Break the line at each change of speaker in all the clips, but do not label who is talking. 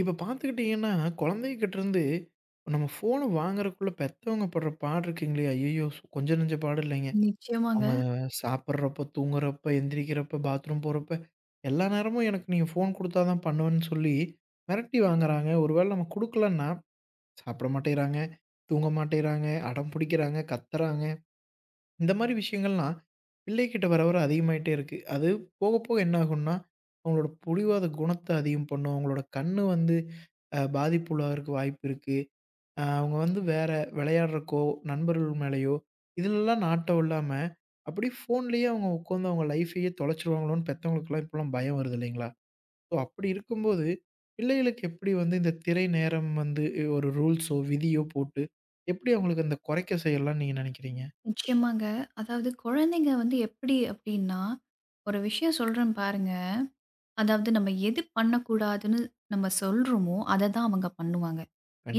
இப்ப பார்த்துக்கிட்டீங்கன்னா, குழந்தைகிட்டருந்து நம்ம ஃபோன வாங்குறதுக்குள்ள பெத்தவங்க படுற பாடு இருக்குங்களே! ஐயய்யோ! கொஞ்சம் நஞ்ச பாடு இல்லைங்க.
நிச்சயமாங்க,
அவங்க சாப்பிடுறப்ப, தூங்குறப்ப, எந்திரிக்கிறப்ப, பாத்ரூம் போறப்ப, எல்லா நேரமும் எனக்கு நீங்க ஃபோன் குடுத்தா தான் பண்ணுவேன்னு சொல்லி மிரட்டி வாங்குறாங்க. ஒரு வேள நம்ம குடுக்கலன்னா, சாப்பிட மாட்டேங்கிறாங்க, தூங்க மாட்டேங்கிறாங்க, அடம் பிடிக்கிறாங்க, கத்துறாங்க. இந்த மாரி விஷயங்கள்லாம் பிள்ளைகிட்ட வர, வர அதிகமாயிட்டே இருக்கு. அது போக, போக என்ன ஆகும்னா, அவங்களோட புடிவாத குணத்த அதிகம் பண்ணும். அவங்களோட கண்ணு வந்து பாதிப்புள்ளாகறக்கு வாய்ப்பு இருக்கு. அவங்க வந்து வேற விளையாடுறக்கோ, நண்பர்கள் மேலயோ, இதுலலாம் நாட்டம் இல்லாம, அப்படியே ஃபோன்லயே அவங்க உட்காந்து அவங்க லைஃபையே தொலைச்சுருவாங்களோன்னு பெத்தவங்களுக்குலாம் இப்போலாம் பயம் வருது இல்லைங்களா? ஸோ அப்படி இருக்கும்போது, பிள்ளைகளுக்கு எப்படி வந்து இந்த திரை நேரம் வந்து ஒரு ரூல்ஸோ, விதியோ போட்டு, எப்படி அவங்களுக்கு அந்த குறைக்க செய்யலாம்ன்னு நீங்க நெனைக்கிறீங்க?
நிச்சயமாங்க. அதாவது குழந்தைங்க வந்து எப்படி அப்படின்னா, ஒரு விஷயம் சொல்றேன் பாருங்க. அதாவது நம்ம எது பண்ணக்கூடாதுன்னு நம்ம சொல்றோமோ, அத தான் அவங்க பண்ணுவாங்க.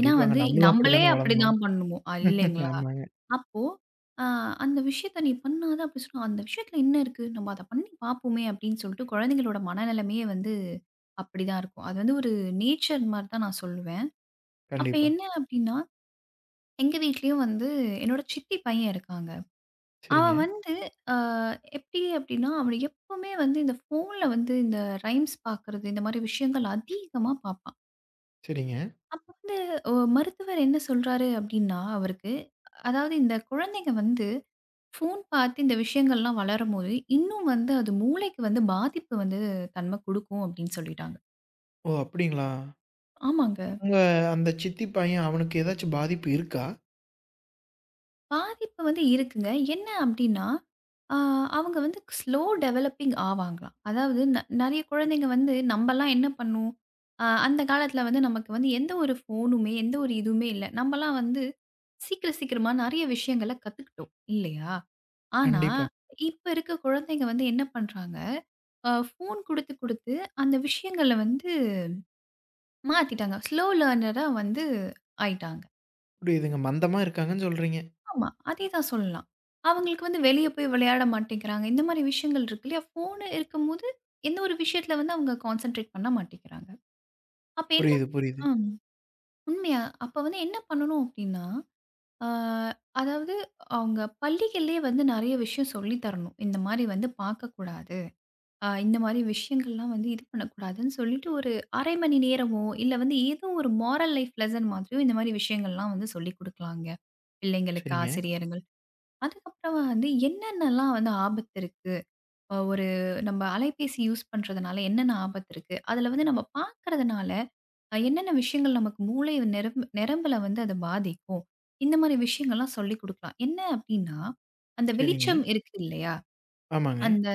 ஏன்னா வந்து
நம்மளும்
நம்மளே
அப்படித்தானே வளர்ந்தோம்.
அப்படிதான் பண்ணுவோம். இல்லைங்களா?
ஆமாங்க.
அப்போ அ அந்த விஷயத்த நீ பண்ணாத அப்படி சொன்னா, அந்த விஷயத்துல என்ன இருக்கு? நம்ம அத பண்ணி பார்ப்போமே அப்படின்னு சொல்லிட்டு குழந்தைங்களோட மனநிலைமையே வந்து அப்படிதான் இருக்கும். அது வந்து ஒரு நேச்சர் மாரி தான் நான் சொல்லுவேன். அப்ப
கண்டிப்பா.
என்ன அப்படின்னா, எங்க வீட்லயும் வந்து என்னோட சித்தி பையன் இருக்காங்க.
சரிங்க,
அவன் வந்து அ எப்படி அப்படின்னா, அவன் எப்பவுமே வந்து இந்த ஃபோன்ல வந்து இந்த ரைம்ஸ் பார்க்கறது, இந்த மாரி விஷயங்கள் அதிகமா பார்ப்பான்.
சரிங்க.
அப்ப வந்து மருத்துவர் என்ன சொல்றாரு அப்படின்னா, அவருக்கு அதாவது இந்த குழந்தைங்க வந்து ஃபோன் பார்த்து இந்த விஷயங்கள்லாம் வளரும்போது, இன்னும் வந்து அது மூளைக்கு வந்து பாதிப்பு வந்து தன்மை குடுக்கும் அப்படின்னு சொல்லிட்டாங்க.
ஓ! அப்படிங்களா?
ஆமாங்க.
உங்க அந்த சித்தி பையன் அவனுக்கு ஏதாச்சும் பாதிப்பு இருக்கா?
பாதிப்பு வந்து இருக்குங்க. என்ன அப்டின்னா, ஆ அவங்க வந்து ஸ்லோ டெவலப்பிங் ஆவாங்களாம். அதாவது நெறைய குழந்தைங்க வந்து நம்பலாம் என்ன பண்ணும்? அந்த காலத்துல வந்து நமக்கு வந்து எந்த ஒரு ஃபோனுமே, எந்த ஒரு இதுவுமே இல்ல. நம்பலாம் வந்து சீக்கிர சீக்கிரமா நெறைய விஷயங்கள கத்துக்கிட்டோம் இல்லையா? ஆனா,
கண்டிப்பா.
இப்ப இருக்க குழந்தைங்க வந்து என்ன பண்றாங்க? ஃபோன் குடுத்து குடுத்து அந்த விஷயங்கள வந்து மாத்திட்டாங்க. ஸ்லோ லேர்னரா வந்து ஆயிட்டாங்க.
புரியுதுங்க. மந்தமா இருக்காங்கன்னு சொல்றீங்க.
ஆமா. அதேதான் சொல்லலாம். அவங்களுக்கு வந்து வெளிய போய் விளையாட மாட்டேங்கிறாங்க. இந்த மாரி விஷயங்கள் இருக்கு இல்லையா? ஃபோனு இருக்கும்போது, எந்த ஒரு விஷயத்துல வந்து அவங்க கான்சன்ட்ரேட் பண்ண மாட்டேங்கிறாங்க. அப்ப என்ன
புரியுது, புரியுது.
ஆ உண்மையா. அப்ப வந்து என்ன பண்ணணும் அப்டின்னா, ஆ அதாவது அவங்க பள்ளிகள்லயே வந்து நெறைய விஷயம் சொல்லி தரணும். இந்த மாரி வந்து பார்க்கக்கூடாது. இந்த மாரி விஷயங்கள்லாம் வந்து இது பண்ணக்கூடாதுன்னு சொல்லிட்டு, ஒரு 1/2 மணி நேரமோ, இல்ல வந்து ஏதோ ஒரு மாரல் லைஃப் லெசன் மாதிரியோ இந்த மாரி விஷயங்கள்லாம் வந்து சொல்லிக் குடுக்கலாங்க. பிள்ளைங்களுக்கு,
சரிங்க,
ஆசிரியருங்கள் அதுக்கப்புறம் வந்து என்னென்னலாம் வந்து ஆபத்து இருக்கு? ஒரு நம்ம அலைபேசி யூஸ் பண்றதுனால என்னென்ன ஆபத்து இருக்கு? அதுல வந்து நம்ம பார்க்கறதுனால என்னென்ன விஷயங்கள் நமக்கு மூளை நிரம்ப நரம்புல வந்து அது பாதிக்கும்? இந்த மாரி விஷயங்கள்லாம் சொல்லிக் குடுக்கலாம். என்ன அப்டின்னா, அந்த
சரிங்க.
வெளிச்சம் இருக்கு இல்லையா?
ஆமாங்க.
அந்த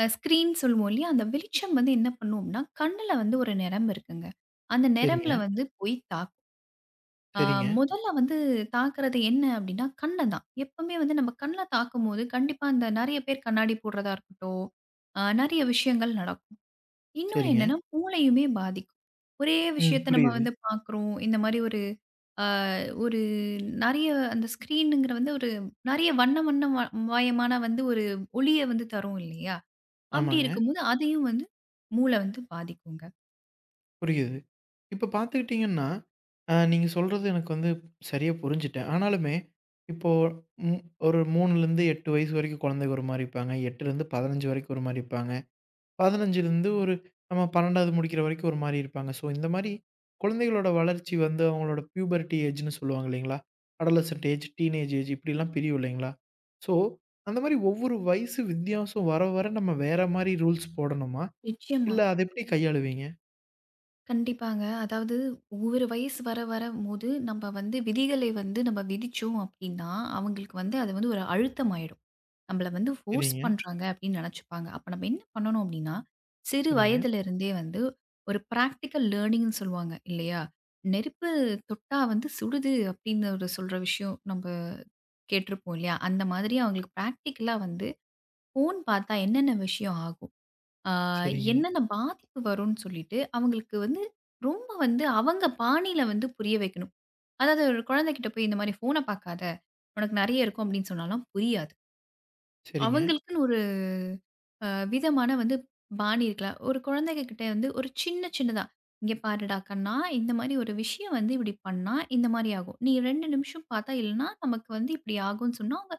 ஸ்க்ரீன் சொல்லுவோம் இல்லையா? அந்த வெளிச்சம் வந்து என்ன பண்ணும்னா, கண்ணுல வந்து ஒரு நரம்பு இருக்குங்க. அந்த நரம்புல
சரிங்க,
வந்து போய் தாக்கும். ஆ
சரிங்க,
முதல்ல வந்து தாக்குறது என்ன அப்டின்னா, கண்ண தான். எப்பவுமே வந்து நம்ம கண்ல தாக்கும்போது, கண்டிப்பா அந்த நெறைய பேர் கண்ணாடி போடுறதா இருக்கட்டும், நெறைய விஷயங்கள் நடக்கும். இன்னொன்னு
சரிங்க.
என்னன்னா, மூளையுமே பாதிக்கும். ஒரே
ம்.
விஷயத்த நம்ம
புரியுது.
வந்து பாக்குறோம். இந்த மாரி ஒரு அ ஒரு நெறைய அந்த ஸ்க்ரீனுங்கிற வந்து ஒரு நெறைய வண்ண வண்ண மயமான வந்து ஒரு ஒளிய வந்து தரும் இல்லையா? அப்டி
ஆமாங்க.
இருக்கும்போது, அதையும் வந்து மூள வந்து பாதிக்குங்க.
புரியுது. இப்ப பார்த்துக்கிட்டீங்கன்னா, நீங்க சொல்றது எனக்கு வந்து சரியா புரிஞ்சுட்டேன். ஆனாலுமே, இப்போ ஒரு 3லருந்து 8 வயசு வரைக்கும் குழந்தைங்க ஒரு மாரி இருப்பாங்க. 8லருந்து 15 வரைக்கும் ஒரு மாரி இருப்பாங்க. 15லருந்து ஒரு நம்ம 12வது முடிக்கிற வரைக்கும் ஒரு மாரி இருப்பாங்க. ஸோ, இந்த மாரி குழந்தைகளோட வளர்ச்சி வந்து அவங்களோட பியூபர்ட்டி ஏஜ்ன்னு சொல்லுவாங்க இல்லைங்களா? அடாலசன்ட் ஏஜ், டீனேஜ் ஏஜ் இப்படிலாம் பிரியும் இல்லைங்களா? ஸோ, அந்த மாரி ஒவ்வொரு வயசு வித்தியாசம் வர, வர நம்ம வேற மாரி ரூல்ஸ் போடணுமா?
நிச்சயமா.
இல்ல அத எப்படி கையாளுவீங்க?
கண்டிப்பாங்க. அதாவது ஒவ்வொரு வயசு வர வரம்போது, நம்ம வந்து விதிகளை வந்து நம்ம விதிச்சோம் அப்டின்னா, அவங்களுக்கு வந்து அது வந்து ஒரு அழுத்தமாயிடும். நம்மள வந்து ஃபோர்ஸ்
சரிங்க,
பண்றாங்க அப்டின்னு நெனச்சுப்பாங்க. அப்ப நம்ம என்ன பண்ணணும் அப்டின்னா, சிறு
சரிங்க,
வயதிலிருந்தே வந்து ஒரு பிராக்டிகல் லேர்னிங்ன்னு சொல்லுவாங்க இல்லையா? நெருப்பு தொட்டா வந்து சுடுது அப்டின்னு ஒரு சொல்ற விஷயம் நம்ம கேட்டுருப்போம் இல்லையா? அந்த மாதிரி அவங்களுக்கு பிராக்டிகலா வந்து ஃபோன் பாத்தா என்னென்ன விஷயம் ஆகும்? ஆ
சரிங்க,
என்னென்ன பாதிப்பு வரும்ன்னு சொல்லிட்டு, அவங்களுக்கு வந்து ரொம்ப வந்து அவங்க பாணியில வந்து புரிய வைக்கணும். அதாவது ஒரு குழந்தைகிட்ட போய் இந்த மாரி ஃபோன பார்க்காத, உனக்கு நெறைய இருக்கும் அப்படின்னு சொன்னாலாம் புரியாது.
சரிங்க,
அவங்களுக்குன்னு ஒரு அ விதமான வந்து பாணி இருக்குல. ஒரு குழந்தைங்க கிட்ட வந்து ஒரு சின்ன சின்னதா, "இங்க பாருடா கண்ணா, இந்த மாரி ஒரு விஷயம் வந்து இப்படி பண்ணா இந்த மாரி ஆகும். நீ 2 நிமிஷம் பார்த்தா இல்லன்னா நமக்கு வந்து இப்படி ஆகும்ன்னு" சொன்னா, அவங்க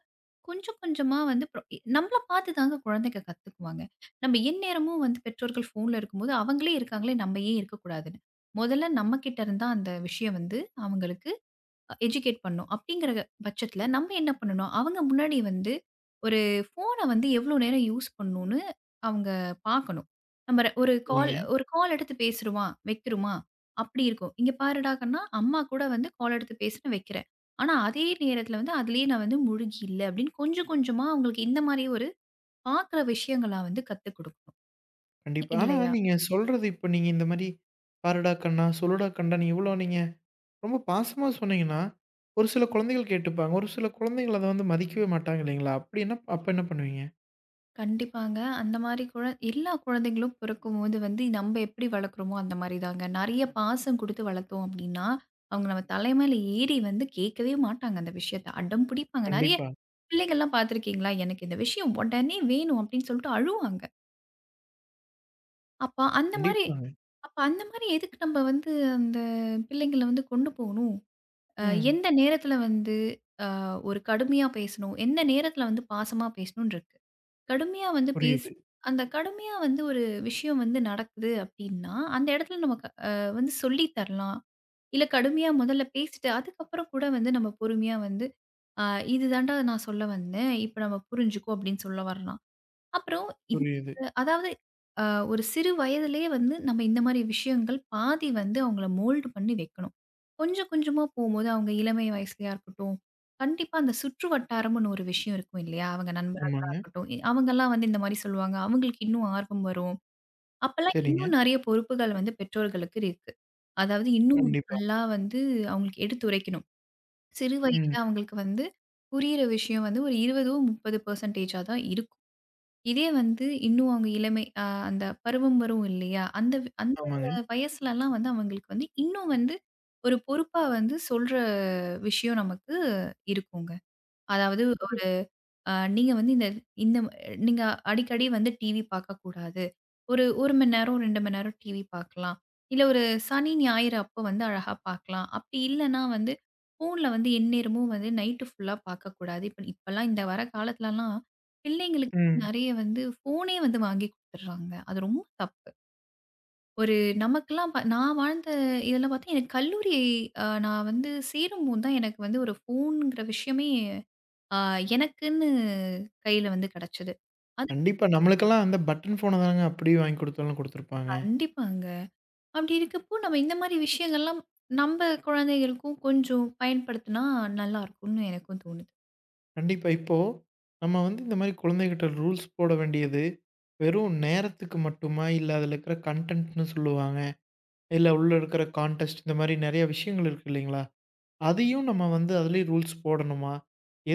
கொஞ்சம் கொஞ்சமா வந்து அப்புறம் நம்மள பார்த்து தாங்க குழந்தைங்க கத்துக்குவாங்க. நம்ம எந்நேரமும் வந்து பெற்றோர்கள் ஃபோன்ல இருக்கும்போது, அவங்களே இருக்காங்களே நம்ம ஏன் இருக்கக்கூடாதுன்னு. முதல்ல நம்ம கிட்ட இருந்தா அந்த விஷயம் வந்து அவங்களுக்கு எஜுகேட் பண்ணணும். அப்படிங்கிற பட்சத்தில நம்ம என்ன பண்ணணும், அவங்க முன்னாடி வந்து ஒரு ஃபோன வந்து எவ்வளோ நேரம் யூஸ் பண்ணணும்னு அவங்க பார்க்கணும். நம்ம ஒரு கால்
சரிங்க.
ஒரு கால் எடுத்து பேசுறோமா, வைக்கிறோமா, அப்படி இருக்கும். இங்க பாருடா கண்ணா, அம்மா கூட வந்து கால் எடுத்து பேசுறேன், வைக்கிறேன். ஆனா அதே நேரத்தில வந்து அதிலேயே நான் வந்து முழுகி இல்ல அப்படின்னு கொஞ்சம் கொஞ்சமா அவங்களுக்கு இந்த மாரி ஒரு பார்க்குற விஷயங்கள வந்து கத்துக் குடுக்கணும்.
கண்டிப்பா. ஆனா
இல்லையா?
நீங்க சொல்றது இப்ப நீங்க இந்த மாரி "பாருடா கண்ணா, சொல்லுடா கண்டான்னு" இவ்வளோ நீங்க ரொம்ப பாசமா சொன்னீங்கன்னா, ஒரு சில குழந்தைகள் கேட்டுப்பாங்க. ஒரு சில குழந்தைகள் அத வந்து மதிக்கவே மாட்டாங்க இல்லைங்களா? அப்படி என்ன அப்ப என்ன பண்ணுவீங்க?
கண்டிப்பாங்க. அந்த மாரி எல்லா குழந்தைகளும் பிறக்கும்போது வந்து நம்ம எப்படி வளர்க்குறோமோ அந்த மாரி தாங்க. நெறைய பாசம் குடுத்து வளர்த்தோம் அப்படின்னா, அவங்க நம்ம தலை மேல ஏறி வந்து கேட்கவே மாட்டாங்க அந்த விஷயத்த. அடம் பிடிப்பாங்க. நெறைய
கண்டிப்பா,
பிள்ளைகள்லாம் பார்த்துருக்கீங்களா? எனக்கு இந்த விஷயம் உடனே வேணும் அப்படின்னு சொல்லிட்டு அழுவாங்க. அப்ப அந்த மாரி
கண்டிப்பாங்க.
அப்ப அந்த மாரி எதுக்கு நம்ம வந்து அந்த பிள்ளைங்கள வந்து கொண்டு போணும்? அ
ம்.
எந்த நேரத்துல வந்து ஒரு கடுமையா பேசணும்? எந்த நேரத்துல வந்து பாசமா பேசணும்னு இருக்கு. கடுமையா வந்து பேசு
புரியுது,
அந்த கடுமையா வந்து ஒரு விஷயம் வந்து நடக்குது அப்டின்னா, அந்த இடத்துல நம்ம க அ வந்து சொல்லி தரலாம். இல்ல கடுமையா முதல்ல பேசிட்டு, அதுக்கப்புறம் கூட வந்து நம்ம பொறுமையா வந்து, "அ இதுதான்டா நான் சொல்ல வந்தேன். இப்ப நம்ம புரிஞ்சுக்கோ" அப்டின்னு சொல்ல வரலாம். அப்புறம் இந்த
புரியுது.
அதாவது அ ஒரு சிறு வயதிலேயே வந்து நம்ம இந்த மாரி விஷயங்கள் பாதி வந்து அவங்கள மோல்டு பண்ணி வைக்கணும். கொஞ்சம் கொஞ்சமா போம்போது அவங்க இளமை வயசுலயா இருக்கட்டும், கண்டிப்பா அந்த சுற்று வட்டாரம்னு ஒரு விஷயம் இருக்கும் இல்லையா? அவங்க நண்பர்களா
ஆமாங்க.
இருக்கட்டும், அவங்கலாம் வந்து இந்த மாரி சொல்லுவாங்க. அவங்களுக்கு இன்னும் ஆர்வம் வரும். அப்பலாம்
சரிங்க.
இன்னும் நெறைய பொறுப்புகள் வந்து பெற்றோர்களுக்கு இருக்கு. அதாவது இன்னும்
கண்டிப்பா.
நல்லா வந்து அவங்களுக்கு எடுத்துரைக்கணும். சிறு வயதில
ம்.
அவங்களுக்கு வந்து புரியிற விஷயம் வந்து ஒரு 20 30% தான் இருக்கும். இதே வந்து இன்னும் அவங்க இளமை அந்த பருவம் வரும் இல்லையா? அந்த அந்த
ஆமாங்க.
வயசுலலாம் வந்து அவங்களுக்கு வந்து இன்னும் வந்து ஒரு பொறுப்பா வந்து சொல்ற விஷயம் நமக்கு இருக்குங்க. அதாவது நீங்க வந்து இந்த இந்த நீங்க அடிக்கடி வந்து டிவி பார்க்கக்கூடாது. ஒரு 1 மணி நேரம், 2 மணி நேரம் டிவி பார்க்கலாம். இல்ல ஒரு சனி, ஞாயிறு அப்போ வந்து அழகா பார்க்கலாம். அப்படி இல்லன்னா வந்து ஃபோன்ல வந்து எந்நேரமும் வந்து நைட்டு ஃபுல்லா பார்க்கக்கூடாது. இப்ப இப்பலாம் இந்த வர காலத்துலலாம் பிள்ளைங்களுக்கு
ம்.
நெறைய வந்து ஃபோனே வந்து வாங்கி குடுத்துடுறாங்க. அது ரொம்ப தப்பு. ஒரு நமக்கெல்லாம் நான் வாழ்ந்த இதெல்லாம் பார்த்தா எனக்கு கல்லூரி நான் வந்து சேரும்போது தான் எனக்கு வந்து ஒரு ஃபோன்ங்கிற விஷயமே ஆ எனக்குன்னு கையில வந்து கிடைச்சது. அது
கண்டிப்பா. நம்மளுக்கெல்லாம் அந்த பட்டன் ஃபோன தாங்க அப்படியே வாங்கி குடுத்தாலும் குடுத்துருப்பாங்க.
கண்டிப்பாங்க. அப்படி இருக்கப்போ, நம்ம இந்த மாரி விஷயங்கள்லாம் நம்ப குழந்தைகளுக்கும் கொஞ்சம் பயன்படுத்துனா நல்லாருக்கும்னு எனக்கும் தோணுது.
கண்டிப்பா. இப்போ நம்ம வந்து இந்த மாரி குழந்தைகிட்ட ரூல்ஸ் போட வேண்டியது, வெறும் நேரத்துக்கு மட்டுமா? இல்ல அதில இருக்கிற கன்டென்ட்ன்னு சொல்லுவாங்க. இல்ல உள்ள இருக்கிற கான்டெஸ்ட் இந்த மாரி நெறைய விஷயங்கள் இருக்கு இல்லைங்களா? அதையும் நம்ம வந்து அதிலயே ரூல்ஸ் போடணுமா?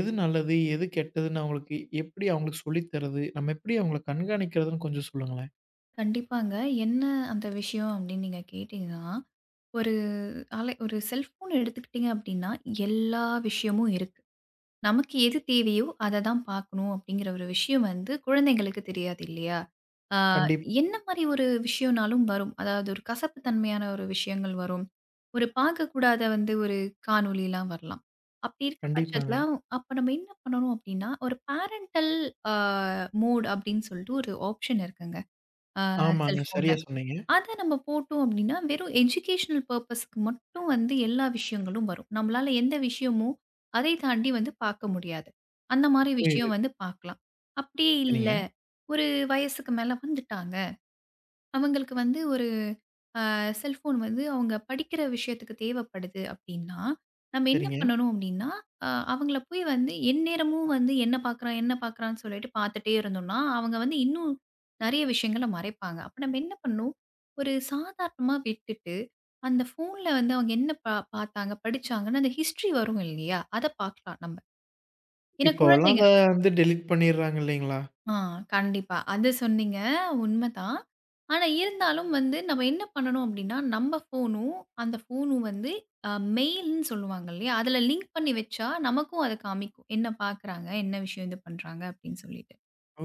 எது நல்லது? எது கெட்டதுன்னு அவங்களுக்கு எப்படி அவங்களுக்கு சொல்லி தர்றது? நம்ம எப்படி அவங்கள கண்காணிக்கிறதுன்னு கொஞ்சம் சொல்லுங்களேன்.
கண்டிப்பாங்க. என்ன அந்த விஷயம் அப்படின்னு நீங்க கேட்டீங்கன்னா, ஒரு ஒரு செல்ஃபோன் எடுத்துக்கிட்டீங்க அப்படின்னா, எல்லா விஷயமும் இருக்கு. நமக்கு எது தேவையோ அத தான் பார்க்கணும் அப்படிங்கிற ஒரு விஷயம் வந்து குழந்தைங்களுக்கு தெரியாது இல்லையா? ஆ
கண்டிப்பா,
என்ன மாரி ஒரு விஷயம்னாலும் வரும். அதாவது ஒரு கசப்பு தன்மையான ஒரு விஷயங்கள் வரும். ஒரு பார்க்கக்கூடாத வந்து ஒரு காணொளிலாம் வரலாம். அப்படி இருக்க பட்சத்தில
கண்டிப்பாங்க.
அப்ப நம்ம என்ன பண்ணணும் அப்படின்னா, ஒரு பேரன்டல் ஆ மோட் அப்படின்னு சொல்லிட்டு ஒரு ஆப்ஷன் இருக்குங்க.
ஆமாங்க.
செல்ஃபோன்ல.
சரியா சொன்னீங்க.
அத நம்ம போட்டோம் அப்டின்னா, வெறும் எஜுகேஷனல் பர்ப்பஸ்க்கு மட்டும் வந்து எல்லா விஷயங்களும் வரும். நம்மளால எந்த விஷயமும் அதை தாண்டி வந்து பார்க்க முடியாது. அந்த மாரி
புரியுது.
விஷயம் வந்து பார்க்கலாம். அப்டியே இல்ல,
சரிங்க,
ஒரு வயசுக்கு மேல வந்துட்டாங்க. அவங்களுக்கு வந்து ஒரு செல்ஃபோன் வந்து அவங்க படிக்கிற விஷயத்துக்கு தேவைப்படுது அப்படின்னா, நம்ம என்ன
சரிங்க.
பண்ணணும் அப்படின்னா, அவங்கள போய் வந்து எந்நேரமும் வந்து என்ன பார்க்குறான், என்ன பார்க்குறான்னு சொல்லிட்டு பார்த்துட்டே இருந்தோம்னா, அவங்க வந்து இன்னும் நெறைய விஷயங்கள மறைப்பாங்க. அப்ப நம்ம என்ன பண்ணணும், ஒரு சாதாரணமா விட்டுட்டு, அந்த ஃபோன்ல வந்து அவங்க என்ன பார்த்தாங்க, படிச்சாங்கன்னு அந்த ஹிஸ்ட்ரி வரும் இல்லையா? அத பார்க்கலாம் நம்ம. ஏன்னா
இப்போலாம்
குழந்தைங்க
அத வந்து டெலீட் பண்ணிடுறாங்க இல்லைங்களா?
ஆ, கண்டிப்பா. அது சொன்னீங்க. உண்மதான். ஆனா, இருந்தாலும் வந்து நம்ம என்ன பண்ணணும் அப்டின்னா, நம்ம ஃபோனும், அந்த ஃபோனும் வந்து அ மெயில்ன்னு சொல்லுவாங்க இல்லையா? அதுல லிங்க் பண்ணி வச்சா, நமக்கும் அது காமிக்கும். என்ன பாக்குறாங்க? என்ன விஷயம் இது பண்றாங்க? அப்டின்னு சொல்லிட்டு.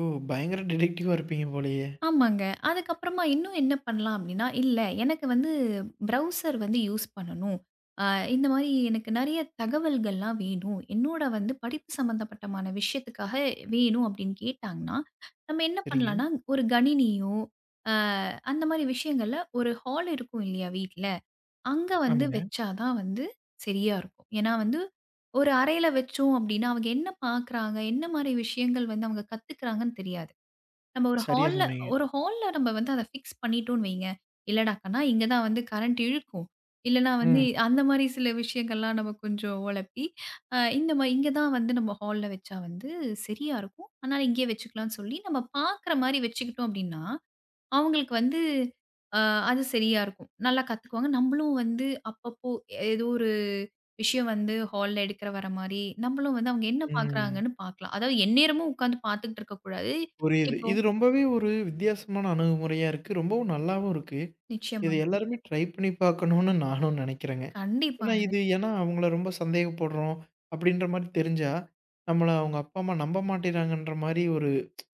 ஓ! பயங்கர டிடெக்டிவா இருப்பீங்க போலயே!
ஆமாங்க. அதுக்கப்புறமா இன்னும் என்ன பண்ணலாம் அப்டின்னா, இல்ல எனக்கு வந்து ப்ரௌசர் வந்து யூஸ் பண்ணணும். அ இந்த மாரி எனக்கு நெறைய தகவல்கள்லாம் வேணும். என்னோட வந்து படிப்பு சம்மந்தப்பட்டமான விஷயத்துக்காக வேணும் அப்டின்னு கேட்டாங்கன்னா, நம்ம என்ன
சரிங்க.
பண்ணலான்னா, ஒரு கணினியோ, அ அந்த மாரி விஷயங்கள்ல ஒரு ஹால் இருக்கும் இல்லையா வீட்ல, அங்க வந்து
ஆமாங்க.
வச்சா தான் வந்து சரியா இருக்கும். ஏன்னா வந்து ஒரு அறையில வச்சோம் அப்டின்னா, அவங்க என்ன பாக்குறாங்க? என்ன மாரி விஷயங்கள் வந்து அவங்க கத்துக்கிறாங்கன்னு தெரியாது. நம்ம ஒரு
சரியா
ஹால்ல
சொன்னீங்க.
ஒரு ஹால்ல நம்ம வந்து அத ஃபிக்ஸ் பண்ணிட்டோம்னு வைங்க. இல்லடா கண்ணா, இங்க தான் வந்து கரண்ட் இழுக்கும். இல்லன்னா வந்து
ம்,
அந்த மாரி சில விஷயங்கள்லாம் நம்ம கொஞ்சம் ஒழப்பி, இந்த மாரி இங்க தான் வந்து நம்ம ஹால்ல வச்சா வந்து சரியா இருக்கும். அதனால இங்கேயே வச்சுக்கலாம்னு சொல்லி நம்ம பார்க்குற மாரி வச்சுக்கிட்டோம் அப்டின்னா, அவங்களுக்கு வந்து அ அது சரியா இருக்கும். நல்லா கத்துக்குவாங்க. நம்மளும் வந்து அப்பப்போ ஏதோ ஒரு விஷயம் வந்து ஹால்ல எடுக்கிற வர மாரி, நம்மளும் வந்து அவங்க என்ன
ம்.
பார்க்குறாங்கன்னு பார்க்கலாம். அதாவது எந்நேரமும் உட்காந்து பார்த்துக்கிட்டு இருக்கக்கூடாது.
புரியுது.
இப்போ
இது ரொம்பவே ஒரு வித்தியாசமான அணுகுமுறையா இருக்கு. ரொம்பவும் நல்லாவும் இருக்கு. இத
நிச்சயமாங்க.
எல்லாருமே ட்ரை பண்ணி பார்க்கணும்னு நானும் நெனைக்கிறேங்க. ஏன்னா
கண்டிப்பாங்க,
இது ஏன்னா அவங்கள ரொம்ப சந்தேகப்படுறோம் அப்படின்ற மாரி தெரிஞ்சா, நம்மள அவங்க அப்பா, அம்மா நம்ப மாட்டேங்கிறாங்கன்ற மாரி ஒரு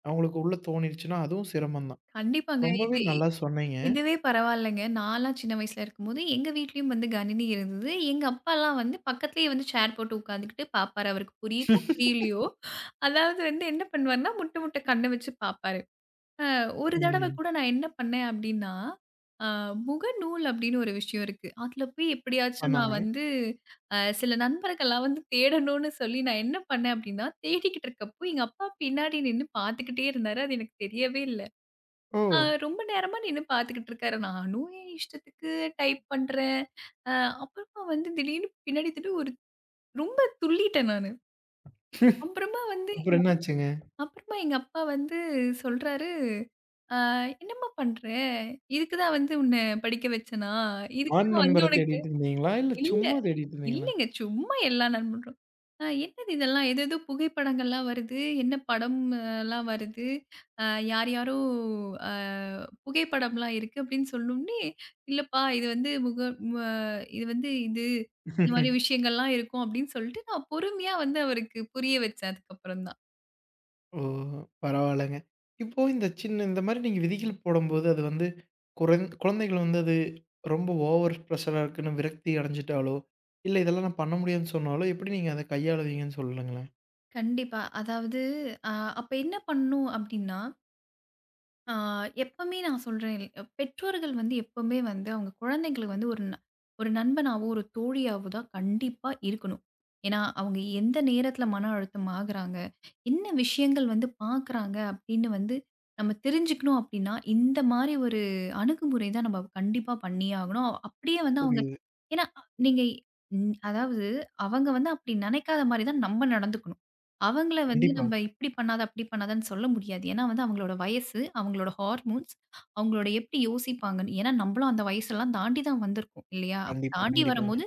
அவங்களுக்கு உள்ள தோணிருச்சுன்னா, அதுவும் சிரமம் தான்.
கண்டிப்பாங்க.
ரொம்பவே
இது
நல்லா சொன்னீங்க.
இதுவே பரவாயில்லங்க. நான்லாம் சின்ன வயசுல இருக்கும்போது, எங்க வீட்லயும் வந்து கணினி இருந்தது. எங்க அப்பாலாம் வந்து பக்கத்துலயே வந்து சேர் போட்டு உட்காந்துக்கிட்டு பார்ப்பாரு. அவருக்கு புரியுதோ, புரியலையோ! அதாவது வந்து என்ன பண்ணுவாருன்னா, முட்ட முட்ட கண்ண வச்சு பார்ப்பாரு. அ ஒரு தடவ
ம்.
கூட நான் என்ன பண்ணேன் அப்டின்னா, அ முகநூல் அப்டின்னு ஒரு விஷயம் இருக்கு. அதுல போய் எப்படியாச்சும் நான்
ஆமாங்க.
வந்து சில நண்பர்கள்லாம் வந்து தேடணும்னு சொல்லி நான் என்ன பண்ணேன் அப்டின்னா, தேடிக்கிட்டு இருக்கப்போ எங்க அப்பா பின்னாடி நின்னு பார்த்துக்கிட்டே இருந்தாரு. அது எனக்கு தெரியவே இல்ல.
ஓ!
அ ரொம்ப நேரமா நின்னு பார்த்துக்கிட்டு இருக்காரு. நானும் என் இஷ்டத்துக்கு டைப் பண்றேன். அ அப்புறமா வந்து திடீர்னு பின்னாடி திடீர்னு ஒரு ரொம்ப துள்ளிட்டேன் நானு. அப்புறமா வந்து
அப்புறம் என்னாச்சுங்க?
அப்புறமா எங்க அப்பா வந்து சொல்றாரு ஆ என்னம்மா பண்ற? இதுக்கு தான் வந்து உன்ன படிக்க வச்சேனா? இதுக்கு
ஆண்
தான் வந்து
நண்பர
உனக்கு
தேடிட்டு இருந்தீங்களா? இல்ல
இல்ல,
சும்மா தேடிட்டு இருந்தீங்களா?
இல்லங்க. சும்மா எல்லா நண்பரும். என்னது இதெல்லாம்? ஏதேதோ புகைப்படங்கள்லாம் வருது. என்ன படம் ஆ, எல்லாம் வருது. அ யார் யாரோ அ புகைப்படம்லாம் இருக்கு அப்படின்னு சொன்னோனே, இல்லப்பா இது வந்து ம இது வந்து இது. இந்த மாரி விஷயங்கள்லாம் இருக்கும் அப்படின்னு சொல்லிட்டு நான் பொறுமையா வந்து அவருக்கு புரிய வச்சேன் அதுக்கப்புறம் தான்.
ஓ! பரவால்லங்க. இப்போ இந்த சின்ன இந்த மாரி நீங்க விதிகள் போடம்போது, அது வந்து குழந்தைகள் வந்து அது ரொம்ப ஓவர் ப்ரெஷரா இருக்குன்னு விரக்தி அடைஞ்சுட்டாலோ, இல்ல இதெல்லாம் நான் பண்ண முடியாதுன்னு சொன்னாலோ, எப்படி நீங்க அத கையாளுவீங்கன்னு சொல்லுங்களேன்?
கண்டிப்பா. அதாவது அ அப்ப என்ன பண்ணணும் அப்படின்னா, ஆ, எப்பவுமே நான் சொல்றேன் பெற்றோர்கள் வந்து எப்பவுமே வந்து அவங்க குழந்தைங்களுக்கு வந்து ஒரு நண்பனாவோ, ஒரு தோழியாவோ தான் கண்டிப்பா இருக்கணும். ஏன்னா, அவங்க எந்த நேரத்தில மன அழுத்தம் ஆகுறாங்க, என்ன விஷயங்கள் வந்து பார்க்குறாங்க அப்படின்னு வந்து நம்ம தெரிஞ்சுக்கணும் அப்படின்னா, இந்த மாரி ஒரு அணுகுமுறை தான் நம்ம கண்டிப்பா பண்ணியே ஆகணும். அப்படியே வந்து அவங்க
புரியுது.
ஏன்னா, நீங்க அதாவது அவங்க வந்து அப்படி நினைக்காத மாரி தான் நம்ம நடந்துக்கணும். அவங்கள வந்து
கண்டிப்பா,
நம்ம இப்படி பண்ணாத, அப்படி பண்ணாதன்னு சொல்ல முடியாது. ஏன்னா வந்து அவங்களோட வயசு, அவங்களோட ஹார்மோன்ஸ், அவங்களோட எப்படி யோசிப்பாங்கன்னு. ஏன்னா நம்மளும் அந்த வயசெல்லாம் தாண்டி தான் வந்திருக்கோம் இல்லையா?
கண்டிப்பா,
தாண்டி
கண்டிப்பாங்க.
வரும்போது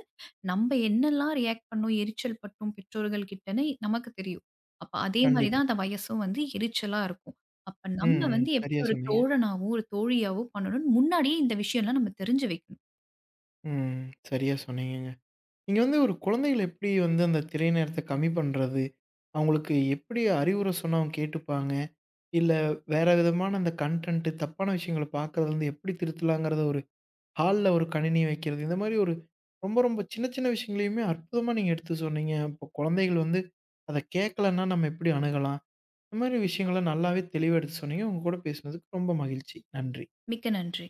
நம்ம என்னெல்லாம் ரியாக்ட் பண்ணோம், எரிச்சல் பட்டோம் பெற்றோர்கள் கிட்டன்னு நமக்கு தெரியும். அப்ப அதே மாரி
கண்டிப்பா.
தான் அந்த வயசும் வந்து எரிச்சலா இருக்கும். அப்ப நம்ம
ம், ம்.
வந்து எப்படி
சரியா
ஒரு
சொன்னீங்க.
தோழனாவோ, ஒரு தோழியாவோ பண்ணணும்னு முன்னாடியே இந்த விஷயம்லாம் நம்ம தெரிஞ்சு வைக்கணும்.
ம். சரியா சொன்னீங்கங்க. நீங்க வந்து ஒரு குழந்தைகள எப்படி வந்து அந்த திரை நேரத்த கம்மி பண்றது? அவங்களுக்கு எப்படி அறிவுரை சொன்னா அவங்க கேட்டுப்பாங்க? இல்ல, வேற விதமான அந்த கன்டென்ட் தப்பான விஷயங்கள பார்க்கறதுலருந்து எப்படி திருத்தலாங்கிறத ஒரு ஹால்ல ஒரு கணினி வைக்கிறது. இந்த மாரி ஒரு ரொம்ப, ரொம்ப சின்ன, சின்ன விஷயங்களையுமே அற்புதமா நீங்க எடுத்து சொன்னீங்க. இப்போ குழந்தைகள் வந்து அத கேட்கலன்னா நம்ம எப்படி அணுகலாம்? இந்த மாரி விஷயங்கள நல்லாவே தெளிவா எடுத்து சொன்னீங்க. உங்க கூட பேசுனதுக்கு ரொம்ப மகிழ்ச்சி. நன்றி.
மிக்க நன்றி.